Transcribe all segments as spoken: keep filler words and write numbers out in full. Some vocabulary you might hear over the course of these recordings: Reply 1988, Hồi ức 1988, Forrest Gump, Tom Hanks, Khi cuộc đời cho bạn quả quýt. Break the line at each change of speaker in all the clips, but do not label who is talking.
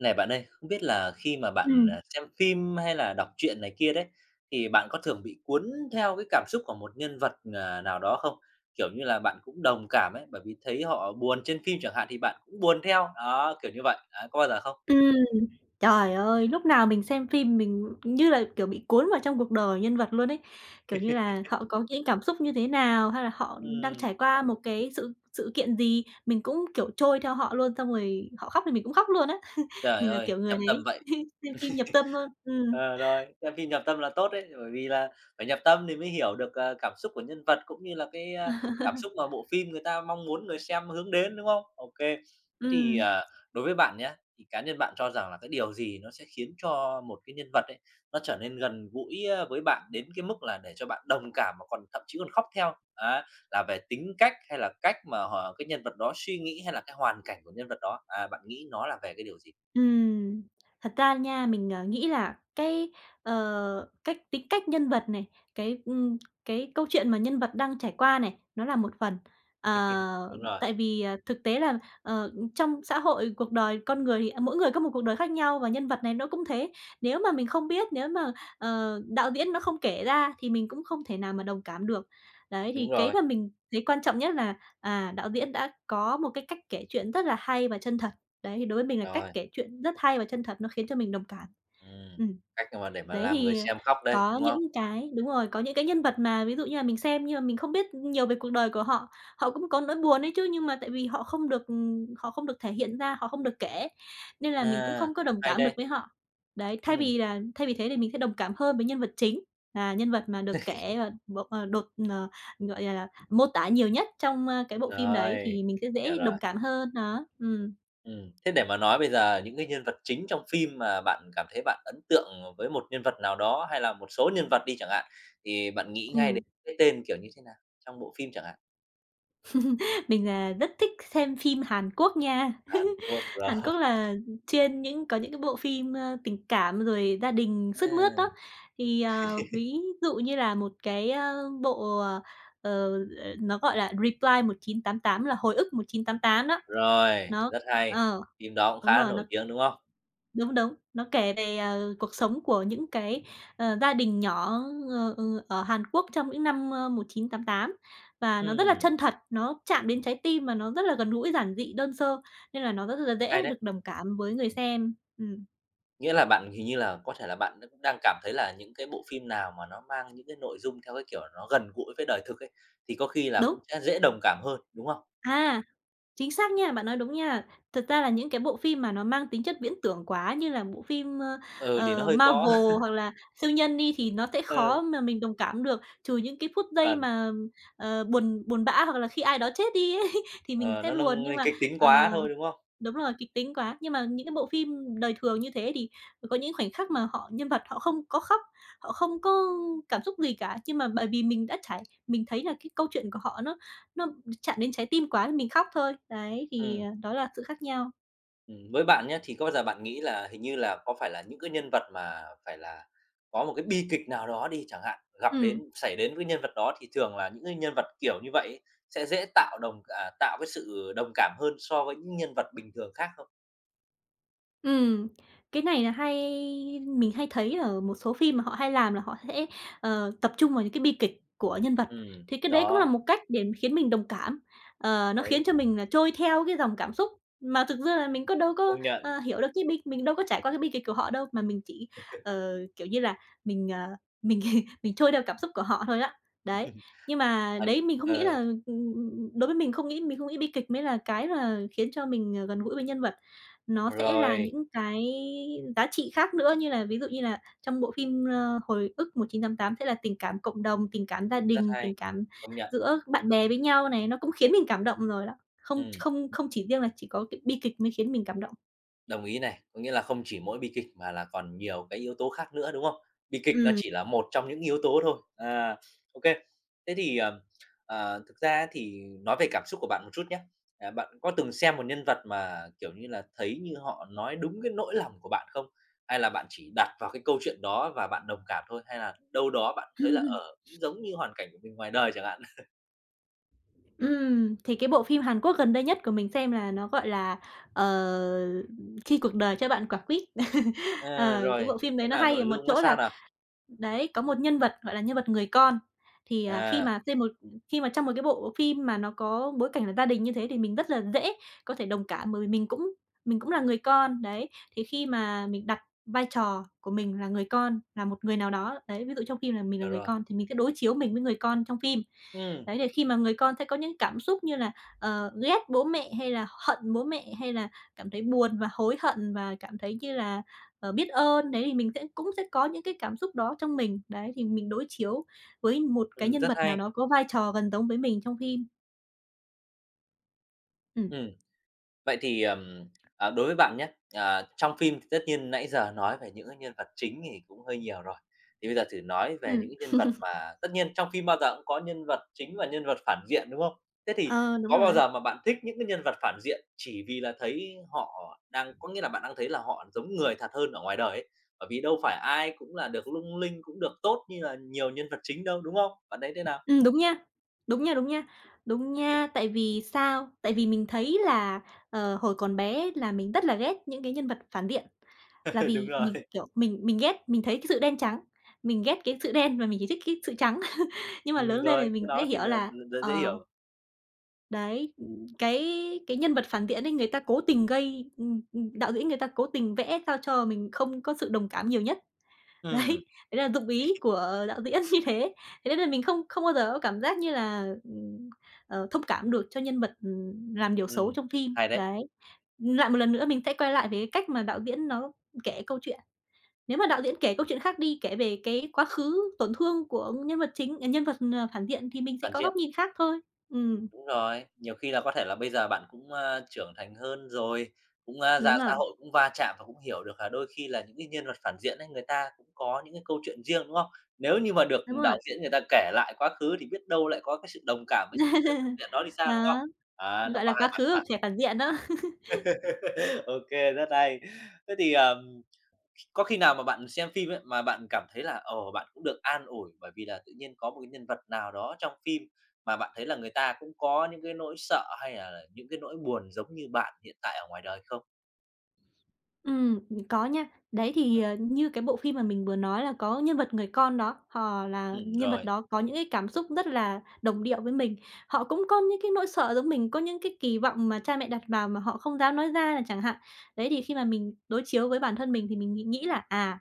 Này bạn ơi, không biết là khi mà bạn,
Ừm,
à, xem phim hay là đọc truyện này kia đấy, thì bạn có thường bị cuốn theo cái cảm xúc của một nhân vật, à, nào đó không? Kiểu như là, bạn cũng đồng cảm ấy, bởi vì thấy họ buồn trên phim chẳng hạn thì bạn cũng buồn theo, đó, kiểu như vậy. Đấy, có bao giờ không?
ừm, Trời ơi, lúc nào mình xem phim mình như là, kiểu, bị cuốn vào trong cuộc đời nhân vật luôn ấy. Kiểu như là, họ có những cảm xúc như thế nào, hay là họ đang
Ừm,
trải qua một cái sự sự kiện gì, mình cũng, kiểu, trôi theo họ luôn, xong rồi họ khóc thì mình cũng khóc luôn á.
trời
Mình là
ơi,
kiểu người
nhập
đấy,
tâm vậy!
xem phim nhập tâm luôn. Ừm.
Ờ, rồi, xem phim nhập tâm là tốt đấy, bởi vì là phải nhập tâm thì mới hiểu được, ờ, cảm xúc của nhân vật, cũng như là cái, a, cảm xúc mà bộ phim người ta mong muốn người xem hướng đến, đúng không? OK. Thế thì,
Ừm.
ờ, đối với bạn nhé thì cá nhân bạn cho rằng là cái điều gì nó sẽ khiến cho một cái nhân vật ấy, nó trở nên gần gũi, a, với bạn đến cái mức là để cho bạn đồng cảm mà còn thậm chí còn khóc theo? Á, là về tính cách hay là cách mà họ cái nhân vật đó suy nghĩ hay là cái hoàn cảnh của nhân vật đó? À, bạn nghĩ nó là về cái điều gì?
Ừm, Thật ra nha, mình, ờ, nghĩ là cái, ờ, cách tính cách nhân vật này, cái, ừm, cái câu chuyện mà nhân vật đang trải qua này, nó là một phần. Ờ,
Đúng rồi,
tại vì, à, thực tế là, ờ, trong xã hội, cuộc đời con người thì, à, mỗi người có một cuộc đời khác nhau và nhân vật này nó cũng thế. Nếu mà mình không biết, nếu mà, ờ, đạo diễn nó không kể ra thì mình cũng không thể nào mà đồng cảm được. Đấy,
đúng
thì cái
rồi,
mà mình thấy quan trọng nhất là, à, đạo diễn đã có một cái cách kể chuyện rất là hay và chân thật. Đấy, thì đối với mình là cách
rồi.
kể chuyện rất hay và chân thật, nó khiến cho mình đồng cảm.
Ừm,
Ừm,
cách mà để mà
đấy
làm người
thì
xem khóc đây,
có
đúng không?
những cái đúng rồi, có những cái nhân vật mà ví dụ như là mình xem nhưng mà mình không biết nhiều về cuộc đời của họ, họ cũng có nỗi buồn ấy chứ, nhưng mà tại vì họ không được, ừm, họ không được thể hiện ra, họ không được kể, nên là mình cũng
À,
không có đồng
hay
cảm được
đây.
với họ. Đấy, thay
Ừm,
vì là thay vì thế thì mình sẽ đồng cảm hơn với nhân vật chính, là nhân vật mà được kể và bộ ờ, đột ờ, gọi là, mô tả nhiều nhất trong, ơ, cái bộ phim đấy
rồi,
thì mình sẽ
hiểu
dễ
rồi.
đồng cảm hơn, đó, ừm,
Ừm, thế để mà nói bây giờ những cái nhân vật chính trong phim mà bạn cảm thấy bạn ấn tượng với một nhân vật nào đó hay là một số nhân vật đi chẳng hạn, thì bạn nghĩ ngay
ừm.
đến cái tên, kiểu như thế nào, trong bộ phim chẳng hạn?
Mình là rất thích xem phim Hàn Quốc nha.
Hàn Quốc, rồi,
Hàn Quốc là, ừm, chuyên những có những cái bộ phim, ơ, tình cảm rồi gia đình sướt mướt đó.
à,
Thì, ờ, ví dụ như là một cái, ơ, bộ, ờ, ờ, ờ, nó gọi là Reply một chín tám tám là Hồi ức một chín tám tám đó.
rồi,
Nó
rất hay.
ờ,
Phim đó cũng
Đúng
khá là
rồi, nó
nổi tiếng, đúng không?
đúng, đúng, nó kể về, ờ, cuộc sống của những cái, ờ, gia đình nhỏ ờ, ừ, ở Hàn Quốc trong những năm, ờ, một chín ơ, tám, và nó rất là
Ừm,
chân thật, nó chạm đến
ừm,
trái tim mà nó rất là gần gũi, giản dị, đơn sơ, nên là nó rất là
hay
dễ
đấy.
được đồng cảm với người xem. Ừm,
Nghĩa là bạn hình như là có thể là bạn cũng đang cảm thấy là những cái bộ phim nào mà nó mang những cái nội dung theo cái kiểu nó gần gũi với đời thực ấy, thì có khi là
đúng.
cũng sẽ dễ đồng cảm hơn, đúng không?
À! Chính xác nha, bạn nói đúng nha. Thật ra là những cái bộ phim mà nó mang tính chất viễn tưởng quá như là bộ phim, ơ,
Ừ, thì nó
ờ,
hơi khó.
Marvel hoặc là siêu nhân đi thì nó sẽ
Ừ,
khó mà mình đồng cảm được, trừ những cái phút giây
chuẩn,
mà, ờ, buồn buồn bã hoặc là khi ai đó chết đi ấy thì mình
ờ,
sẽ
nó
buồn.
nâng
Nhưng
lên
mà,
kịch tính
ờ.
quá thôi, đúng không?
Đúng rồi, kịch tính quá. Nhưng mà những cái bộ phim đời thường như thế thì có những khoảnh khắc mà họ nhân vật họ không có khóc, họ không có cảm xúc gì cả, nhưng mà bởi vì mình đã trải mình thấy là cái câu chuyện của họ nó nó chạm đến trái tim quá nên mình khóc thôi. Đấy, thì,
Ừ,
à, đó là sự khác nhau.
ừm, với bạn nhé thì có bao giờ bạn nghĩ là hình như là có phải là những cái nhân vật mà phải là có một cái bi kịch nào đó đi chẳng hạn, gặp
Ừm.
đến xảy đến với nhân vật đó thì thường là những cái nhân vật kiểu như vậy ấy, sẽ dễ tạo đồng à, tạo cái sự đồng cảm hơn so với những nhân vật bình thường khác không?
Ừm, cái này là hay mình hay thấy ở một số phim mà họ hay làm là họ sẽ, ờ, tập trung vào những cái bi kịch của nhân vật,
Ừm,
thì cái đấy cũng là
đó,
một cách để khiến mình đồng cảm. Ờ, nó khiến
đấy,
cho mình là trôi theo cái dòng cảm xúc, mà thực ra là mình có đâu có,
công nhận,
ờ, hiểu được cái bi mình đâu có trải qua cái bi kịch của họ đâu, mà mình chỉ, ờ, kiểu như là, mình, ờ, mình mình trôi theo cảm xúc của họ thôi á. Đấy, nhưng mà
bạn
đấy mình không nghĩ
ờ,
là đối với mình không nghĩ mình không nghĩ bi kịch mới là cái là khiến cho mình, ờ, gần gũi với nhân vật. Nó sẽ là
rồi,
những cái giá trị khác nữa, như là ví dụ như là trong bộ phim, ơ, "Hồi ức một chín tám tám" sẽ là tình cảm cộng đồng, tình cảm gia
rất
đình, tình
hay,
cảm
công nhận,
giữa bạn bè với nhau này, nó cũng khiến mình cảm động rồi đó. Không,
ừm,
không, không chỉ riêng là chỉ có cái bi kịch mới khiến mình cảm động.
đồng ý này. Có nghĩa là không chỉ mỗi bi kịch mà là còn nhiều cái yếu tố khác nữa, đúng không? Bi kịch nó
Ừm.
chỉ là một trong những yếu tố thôi. À, ô kê. Thế thì, ờ, ờ, thực ra á thì nói về cảm xúc của bạn một chút nhá. À, bạn có từng xem một nhân vật mà, kiểu như là, thấy như họ nói đúng cái nỗi lòng của bạn không? Hay là bạn chỉ đặt vào cái câu chuyện đó và bạn đồng cảm thôi? Hay là đâu đó bạn thấy là, ờ, cũng giống như hoàn cảnh của mình ngoài đời chẳng hạn?
Ừm, thì cái bộ phim Hàn Quốc gần đây nhất của mình xem là nó, gọi là, ờ, "Khi cuộc đời cho bạn quả quýt."
À,
Ờ,
rồi,
cái bộ phim
thế
đấy nó
là
hay ở
nội
một
dung nó
chỗ
sao
là
nào?
đấy, có một nhân vật, gọi là, nhân vật người con, thì, à, khi
À,
mà xem một khi mà trong một cái bộ phim mà nó có bối cảnh là gia đình như thế thì mình rất là dễ có thể đồng cảm bởi vì mình cũng mình cũng là người con, đấy. Thì khi mà mình đặt vai trò của mình là người con, là một người nào đó, đấy, ví dụ trong phim là mình là
hiểu
người
rồi.
con thì mình sẽ đối chiếu mình với người con trong phim.
Ừm,
Đấy, để khi mà người con sẽ có những cảm xúc như là, ờ, ghét bố mẹ hay là hận bố mẹ hay là cảm thấy buồn và hối hận và cảm thấy như là ờ, biết ơn, đấy, thì mình sẽ cũng sẽ có những cái cảm xúc đó trong mình. Đấy, thì mình đối chiếu với một cái
ừm,
nhân
rất
vật nào
hay.
đó có vai trò gần giống với mình trong phim. Ừm.
Ừm. Vậy thì, ừm, à, đối với bạn nhé à, trong phim thì tất nhiên nãy giờ nói về những cái nhân vật chính thì cũng hơi nhiều rồi, thì bây giờ thử nói về
Ừm.
những nhân vật mà tất nhiên trong phim bao giờ cũng có nhân vật chính và nhân vật phản diện, đúng không? Thế thì
ờ, Đúng
có bao
rồi.
giờ mà bạn thích những cái nhân vật phản diện chỉ vì là thấy họ đang có nghĩa là bạn đang thấy là họ giống người thật hơn ở ngoài đời ấy? Bởi vì đâu phải ai cũng là được lung linh, cũng được tốt như là nhiều nhân vật chính đâu, đúng không? Bạn thấy thế nào?
Ừm, đúng nha, đúng nha, đúng nha, đúng nha. Tại vì sao? Tại vì mình thấy là, ờ, hồi còn bé là mình rất là ghét những cái nhân vật phản diện, là
Đúng
vì mình,
rồi.
kiểu, mình mình ghét mình thấy cái sự đen trắng, mình ghét cái sự đen và mình chỉ thích cái sự trắng. Nhưng mà
Ừm,
lớn lên
rồi,
thì mình
cái
sẽ
đó thì
hiểu
là
là,
là dễ
ờ.
hiểu.
Đấy, cái cái nhân vật phản diện ấy, người ta cố tình gây ừm, ừm, đạo diễn người ta cố tình vẽ sao cho mình không có sự đồng cảm nhiều nhất.
Ừm,
Đấy, đấy là dụng ý của đạo diễn như thế. Thế nên là mình không không bao giờ có cảm giác như là, ừm, ờ, thông cảm được cho nhân vật, ừm, làm điều
ừm,
xấu trong phim,
hay đấy.
đấy. Lại một lần nữa mình sẽ quay lại về cái cách mà đạo diễn nó kể câu chuyện. Nếu mà đạo diễn kể câu chuyện khác đi, kể về cái quá khứ tổn thương của nhân vật chính à, nhân vật, ờ, phản diện thì mình sẽ
Phản
có
diện,
góc nhìn khác thôi. Ừm,
đúng rồi. Nhiều khi là có thể là bây giờ bạn cũng, a, trưởng thành hơn rồi, cũng, a,
đúng
ra xã
rồi,
hội cũng va chạm và cũng hiểu được là đôi khi là những cái nhân vật phản diện ấy, người ta cũng có những cái câu chuyện riêng, đúng không? Nếu như mà được
đúng rồi.
đạo diễn người ta kể lại quá khứ thì biết đâu lại có cái sự đồng cảm với những người phản diện đó thì sao, đúng không?
Đó,
À, nó
gọi
có
là,
hai
quá
mặt
khứ
mà.
của thẻ phản diện đó.
OK kê, rất hay. Thế thì, ờm có khi nào mà bạn xem phim ấy, mà bạn cảm thấy là, ờ, bạn cũng được an ủi bởi vì là tự nhiên có một cái nhân vật nào đó trong phim mà bạn thấy là người ta cũng có những cái nỗi sợ hay là những cái nỗi buồn giống như bạn hiện tại ở ngoài đời không?
Ừm, có nha. Đấy, thì, ờ, như cái bộ phim mà mình vừa nói là có nhân vật người con đó, họ là
Ừ,
nhân vật
rồi,
đó có những cái cảm xúc rất là đồng điệu với mình. Họ cũng có những cái nỗi sợ giống mình, có những cái kỳ vọng mà cha mẹ đặt vào mà họ không dám nói ra là chẳng hạn. Đấy, thì khi mà mình đối chiếu với bản thân mình thì mình nghĩ nghĩ là, à,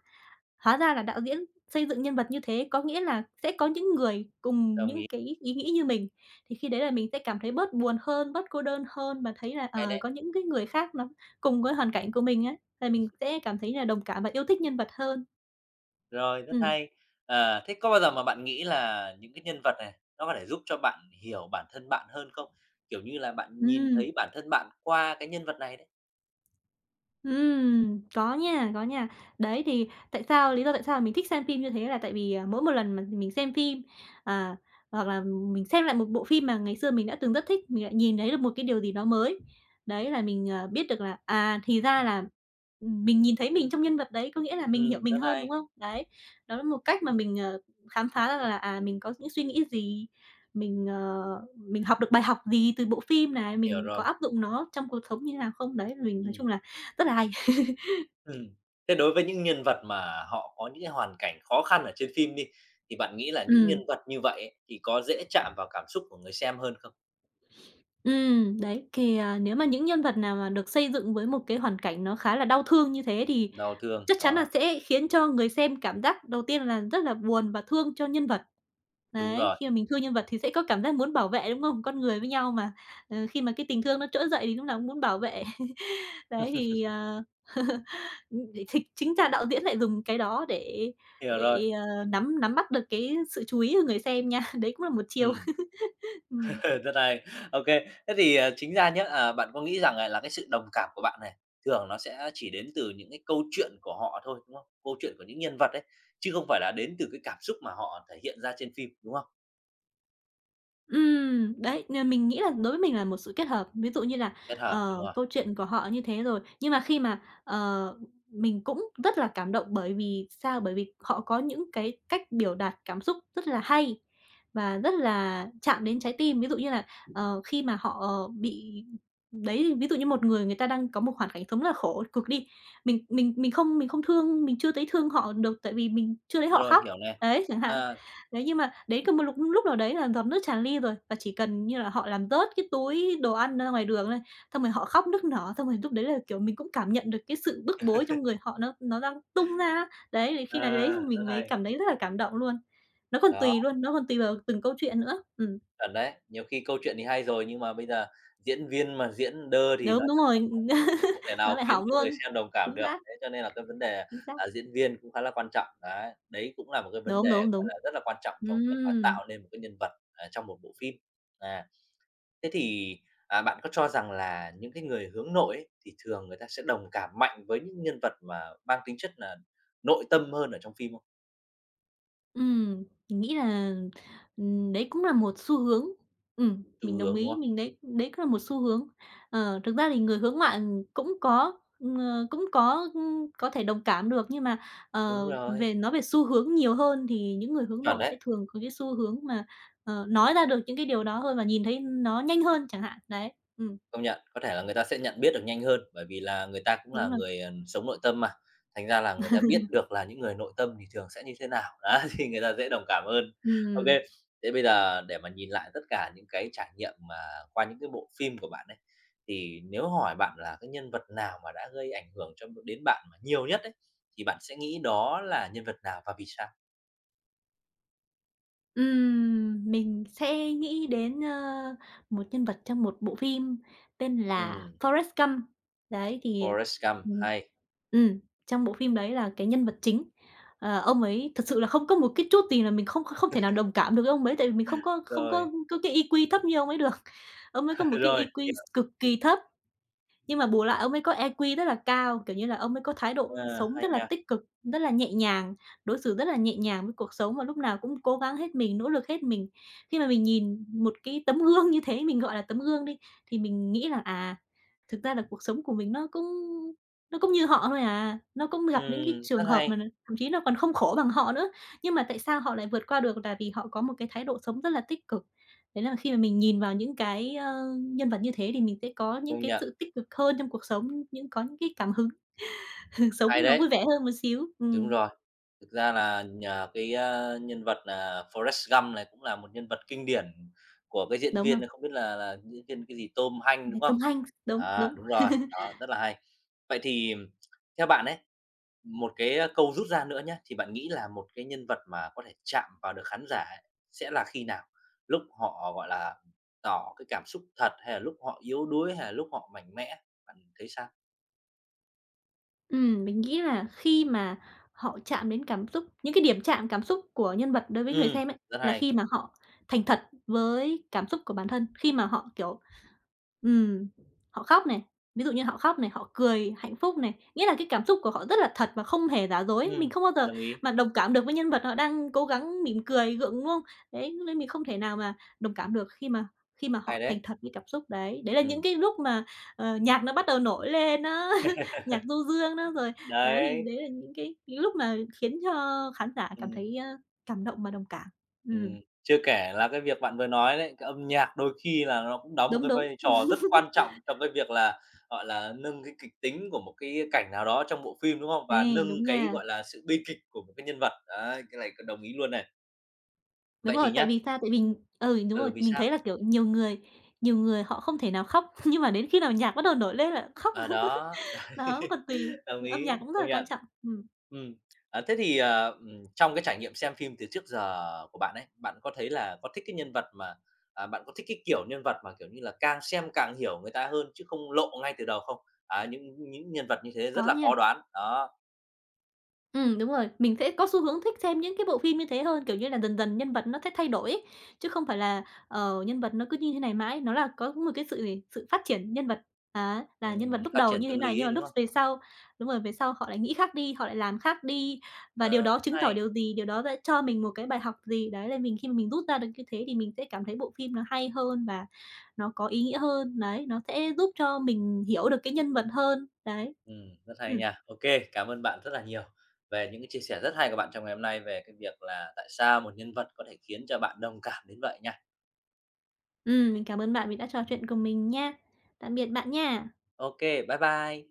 hóa ra là đạo diễn xây dựng nhân vật như thế, có nghĩa là sẽ có những người cùng
đồng
những
ý,
cái ý nghĩ như mình, thì khi đấy là mình sẽ cảm thấy bớt buồn hơn, bớt cô đơn hơn và thấy là,
hay
ờ,
đấy.
có những cái người khác nó cùng với hoàn cảnh của mình á, là mình sẽ cảm thấy là đồng cảm và yêu thích nhân vật hơn.
Rồi, rất
Ừm,
hay. Ờ, thế có bao giờ mà bạn nghĩ là những cái nhân vật này nó có thể giúp cho bạn hiểu bản thân bạn hơn không? Kiểu như là, bạn nhìn
ừm.
thấy bản thân bạn qua cái nhân vật này đấy.
Ừm, có nha, có nha. Đấy, thì tại sao lý do tại sao mình thích xem phim như thế là tại vì, à, mỗi một lần mà mình xem phim, à, hoặc là mình xem lại một bộ phim mà ngày xưa mình đã từng rất thích, mình lại nhìn thấy được một cái điều gì đó mới. Đấy, là mình, ờ, biết được là, à, thì ra là, mình nhìn thấy mình trong nhân vật đấy, có nghĩa là
Ừ,
mình hiểu mình
rất
hơn, đúng
hay,
không? Đấy, đó là một cách mà mình, ờ, khám phá ra là, à, mình có những suy nghĩ gì, mình, ờ, mình học được bài học gì từ bộ phim này,
hiểu
mình có
rồi.
áp dụng nó trong cuộc sống như thế nào không? Đấy, mình nói
Ừm.
chung là rất là hay.
Ừm. Thế đối với những nhân vật mà họ có những cái hoàn cảnh khó khăn ở trên phim đi, thì bạn nghĩ là những
Ừm,
nhân vật như vậy ấy, thì có dễ chạm vào cảm xúc của người xem hơn không?
ừm, đấy, thì, à, Nếu mà những nhân vật nào mà được xây dựng với một cái hoàn cảnh nó khá là đau thương như thế thì
Đau thương,
chắc chắn là
đó,
sẽ khiến cho người xem cảm giác đầu tiên là rất là buồn và thương cho nhân vật.
đúng
Đấy,
rồi,
khi mà mình thương nhân vật thì sẽ có cảm giác muốn bảo vệ, đúng không? Con người với nhau mà, ờ, khi mà cái tình thương nó trỗi dậy thì lúc nào cũng muốn bảo vệ. Đấy, thì, ờ, ừm, thì chính ra đạo diễn lại dùng cái đó để
hiểu rồi,
để, ờ, nắm nắm bắt được cái sự chú ý của người xem nha. Đấy cũng là một chiều.
ừm,
Ừm.
rất hay. OK, thế thì, ờ, chính ra nhé à, bạn có nghĩ rằng, à, là cái sự đồng cảm của bạn này, thường nó sẽ chỉ đến từ những cái câu chuyện của họ thôi, đúng không? Câu chuyện của những nhân vật ấy, chứ không phải là đến từ cái cảm xúc mà họ thể hiện ra trên phim, đúng không?
Ừm, đấy, nên mình nghĩ là đối với mình là một sự kết hợp. Ví dụ như là,
Kết hợp,
ờ,
đúng rồi,
câu chuyện của họ như thế rồi, nhưng mà khi mà, ờ, mình cũng rất là cảm động bởi vì sao? Bởi vì họ có những cái cách biểu đạt cảm xúc rất là hay và rất là chạm đến trái tim. Ví dụ như là, ờ, khi mà họ ờ, bị đấy, ví dụ như một người người ta đang có một hoàn cảnh sống rất là khổ cực đi, mình mình mình không mình không thương, mình chưa thấy thương họ được tại vì mình chưa thấy họ
rồi,
khóc,
hiểu này.
đấy, chẳng hạn.
À,
Đấy, nhưng mà đến cái một lúc lúc nào đấy là giọt nước tràn ly rồi, và chỉ cần như là họ làm rớt cái túi đồ ăn ra ngoài đường này, xong rồi họ khóc nức nở, xong rồi lúc đấy là, kiểu, mình cũng cảm nhận được cái sự bức bối trong người họ nó nó đang tung ra á. Đấy, thì khi nào đấy
à, rất
mình mới
hay,
cảm thấy rất là cảm động luôn. Nó còn tùy
đó.
luôn, nó còn tùy vào từng câu chuyện nữa. Ừm,
Chuẩn đấy, nhiều khi câu chuyện thì hay rồi, nhưng mà bây giờ diễn viên mà diễn đơ thì
đúng,
nói
đúng
thật
rồi,
là không không thể
nó
nào
lại
khiến
hỏng
cho người
luôn.
xem đồng
Chính
cảm được.
xác,
Thế cho nên là cái vấn đề,
chính xác.
à, diễn viên cũng khá là quan trọng, đấy. Đấy cũng là một cái vấn
Đúng,
đề,
đúng,
gọi
đúng.
là, rất là quan trọng trong việc mà
Ừm.
tạo nên một cái nhân vật, à, trong một bộ phim. À, thế thì, à, bạn có cho rằng là những cái người hướng nội ấy, thì thường người ta sẽ đồng cảm mạnh với những nhân vật mà mang tính chất là nội tâm hơn ở trong phim không?
Ừm, mình nghĩ là, ừm, đấy cũng là một xu hướng. Ừm,
Từ
mình đồng
hướng, đúng
ý,
không?
mình đấy đấy cũng là một xu hướng. Ờ, thực ra thì người hướng ngoại, ừm, cũng có, ừm, ờ, cũng có, ưm, có thể đồng cảm được, nhưng mà, ờ,
Đúng rồi,
về nói về xu hướng nhiều hơn thì những người hướng
chuẩn
nội sẽ
đấy.
thường có cái xu hướng mà, ờ, nói ra được những cái điều đó hơn và nhìn thấy nó nhanh hơn chẳng hạn. Đấy, ừm,
Công nhận, có thể là người ta sẽ nhận biết được nhanh hơn, bởi vì là người ta cũng
đúng
là
rồi.
người, ờ, sống nội tâm mà, thành ra là người ta biết được là những người nội tâm thì thường sẽ như thế nào, đó, thì người ta dễ đồng cảm hơn. ok
Ừm.
Thế bây giờ để mà nhìn lại tất cả những cái trải nghiệm mà qua những cái bộ phim của bạn ấy, thì nếu hỏi bạn là cái nhân vật nào mà đã gây ảnh hưởng cho đến bạn mà nhiều nhất ấy, thì bạn sẽ nghĩ đó là nhân vật nào và vì sao?
Ừm, mình sẽ nghĩ đến, ơ, một nhân vật trong một bộ phim tên là
Ừm,
Forrest Gump. Đấy, thì,
Forrest Gump,
ừm,
hay.
ừm, trong bộ phim đấy là cái nhân vật chính, ờ, ông ấy thật sự là không có một cái chút gì là mình không không thể nào đồng cảm được với ông ấy, tại vì mình không có không
Rồi,
có có cái ai kiu thấp như ông ấy được. Ông ấy có một cái
rồi,
ai kiu cực kỳ thấp. Nhưng mà bù lại ông ấy có i kiu rất là cao, kiểu như là, ông ấy có thái độ
ờ,
sống
hay
rất là
nha.
tích cực, rất là nhẹ nhàng, đối xử rất là nhẹ nhàng với cuộc sống và lúc nào cũng cố gắng hết mình, nỗ lực hết mình. Khi mà mình nhìn một cái tấm gương như thế, mình gọi là tấm gương đi, thì mình nghĩ là, à, thực ra là cuộc sống của mình nó cũng nó cũng như họ thôi à, nó cũng gặp những cái
Ừm, rất
trường hợp mà
hay,
thậm chí là còn không khổ bằng họ nữa. Nhưng mà tại sao họ lại vượt qua được là vì họ có một cái thái độ sống rất là tích cực. Đấy là khi mà mình nhìn vào những cái, ơ, nhân vật như thế thì mình sẽ có những
công
cái
nhận,
sự tích cực hơn trong cuộc sống, những có những cái cảm hứng,
hay
sống nó vui
đấy.
vẻ hơn một xíu.
Đúng
Ừm,
rồi. Thực ra là nhờ cái, a, nhân vật là Forrest Gump này cũng là một nhân vật kinh điển của cái diễn
đúng
viên
rồi,
này, không biết là là diễn viên cái gì, Tom Hanks,
về
đúng không?
Tom Hanks, đúng,
À,
đúng.
đúng rồi, đó, rất là hay. Vậy thì theo bạn ấy, một cái, câu rút ra nữa nhé thì bạn nghĩ là một cái nhân vật mà có thể chạm vào được khán giả ấy sẽ là khi nào? Lúc họ, gọi là, tỏ cái cảm xúc thật hay là lúc họ yếu đuối hay là lúc họ mạnh mẽ? Bạn thấy sao?
Ừm, mình nghĩ là khi mà họ chạm đến cảm xúc những cái điểm chạm cảm xúc của nhân vật đối với người
Ừ,
xem ấy,
rất
là
hay.
khi mà họ thành thật với cảm xúc của bản thân, khi mà họ, kiểu, ừm, họ khóc này, ví dụ như họ khóc này, họ cười hạnh phúc này, nghĩa là cái cảm xúc của họ rất là thật và không hề giả dối. Mình
Ừ,
không bao giờ
đồng ý,
mà đồng cảm được với nhân vật họ đang cố gắng mỉm cười, gượng, đúng không? Đấy, nên mình không thể nào mà đồng cảm được khi mà khi mà
hay
họ thành
đấy.
thật với cảm xúc đấy. Đấy là
Ừ.
những cái lúc mà, ờ, nhạc nó bắt đầu nổi lên á. Nhạc du dương đó, rồi đấy, thì
Đấy,
đấy là những cái những lúc mà khiến cho khán giả cảm
ừm,
thấy, ơ, cảm động và đồng cảm. Ừm,
ừm, chưa kể là cái việc bạn vừa nói đấy, cái âm nhạc đôi khi là nó cũng đóng một
đúng,
cái
đúng.
vai trò rất quan trọng trong cái việc là, gọi là, nâng cái kịch tính của một cái cảnh nào đó trong bộ phim, đúng không? Và
Ê,
nâng
đúng
cái,
nha.
gọi là, sự bi kịch của một cái nhân vật. Đấy, cái này c đồng ý luôn này.
Đúng
Vậy
rồi,
thì
tại
nhá,
vì sao? Tại vì ừ, đúng rồi,
ừ, vì
mình
sao?
thấy là, kiểu, nhiều người nhiều người họ không thể nào khóc, nhưng mà đến khi nào nhạc bắt đầu nổi lên là khóc.
À, đó,
Đó, còn tùy,
đồng
âm nhạc
ý,
cũng rất
công
là quan
nhận.
trọng. Ừm,
Ừm, à, thế thì, ờ, ừm, trong cái trải nghiệm xem phim từ trước giờ của bạn ấy, bạn có thấy là có thích cái nhân vật mà à, bạn có thích cái kiểu nhân vật mà, kiểu như là, càng xem càng hiểu người ta hơn chứ không lộ ngay từ đầu không? Á, những những nhân vật như thế rất
có
là khó
nha.
đoán, đó,
Ừ đúng rồi, mình sẽ có xu hướng thích xem những cái bộ phim như thế hơn, kiểu như là, dần dần nhân vật nó sẽ thay đổi ấy, chứ không phải là, ờ, nhân vật nó cứ như thế này mãi, nó là có một cái sự gì, sự phát triển nhân vật. Á, là nhân vật
ừm,
lúc
phát
đầu
triển
như thế
tâm
này
lý
nhưng
ấy,
mà
đúng
lúc
không?
về sau đúng rồi, về sau họ lại nghĩ khác đi, họ lại làm khác đi, và điều
Ờ,
đó
rất
chứng tỏ
hay,
điều gì? Điều đó đã cho mình một cái bài học gì? Đấy, là mình khi mà mình rút ra được như thế thì mình sẽ cảm thấy bộ phim nó hay hơn và nó có ý nghĩa hơn, đấy, nó sẽ giúp cho mình hiểu được cái nhân vật hơn, đấy.
ừm, rất hay
Ừm.
nha. Ok cảm ơn bạn rất là nhiều về những cái chia sẻ rất hay của bạn trong ngày hôm nay về cái việc là tại sao một nhân vật có thể khiến cho bạn đồng cảm đến vậy nha.
Ừm, mình cảm ơn bạn vì đã trò chuyện cùng mình nha. Tạm biệt bạn nha.
OK, bye bye.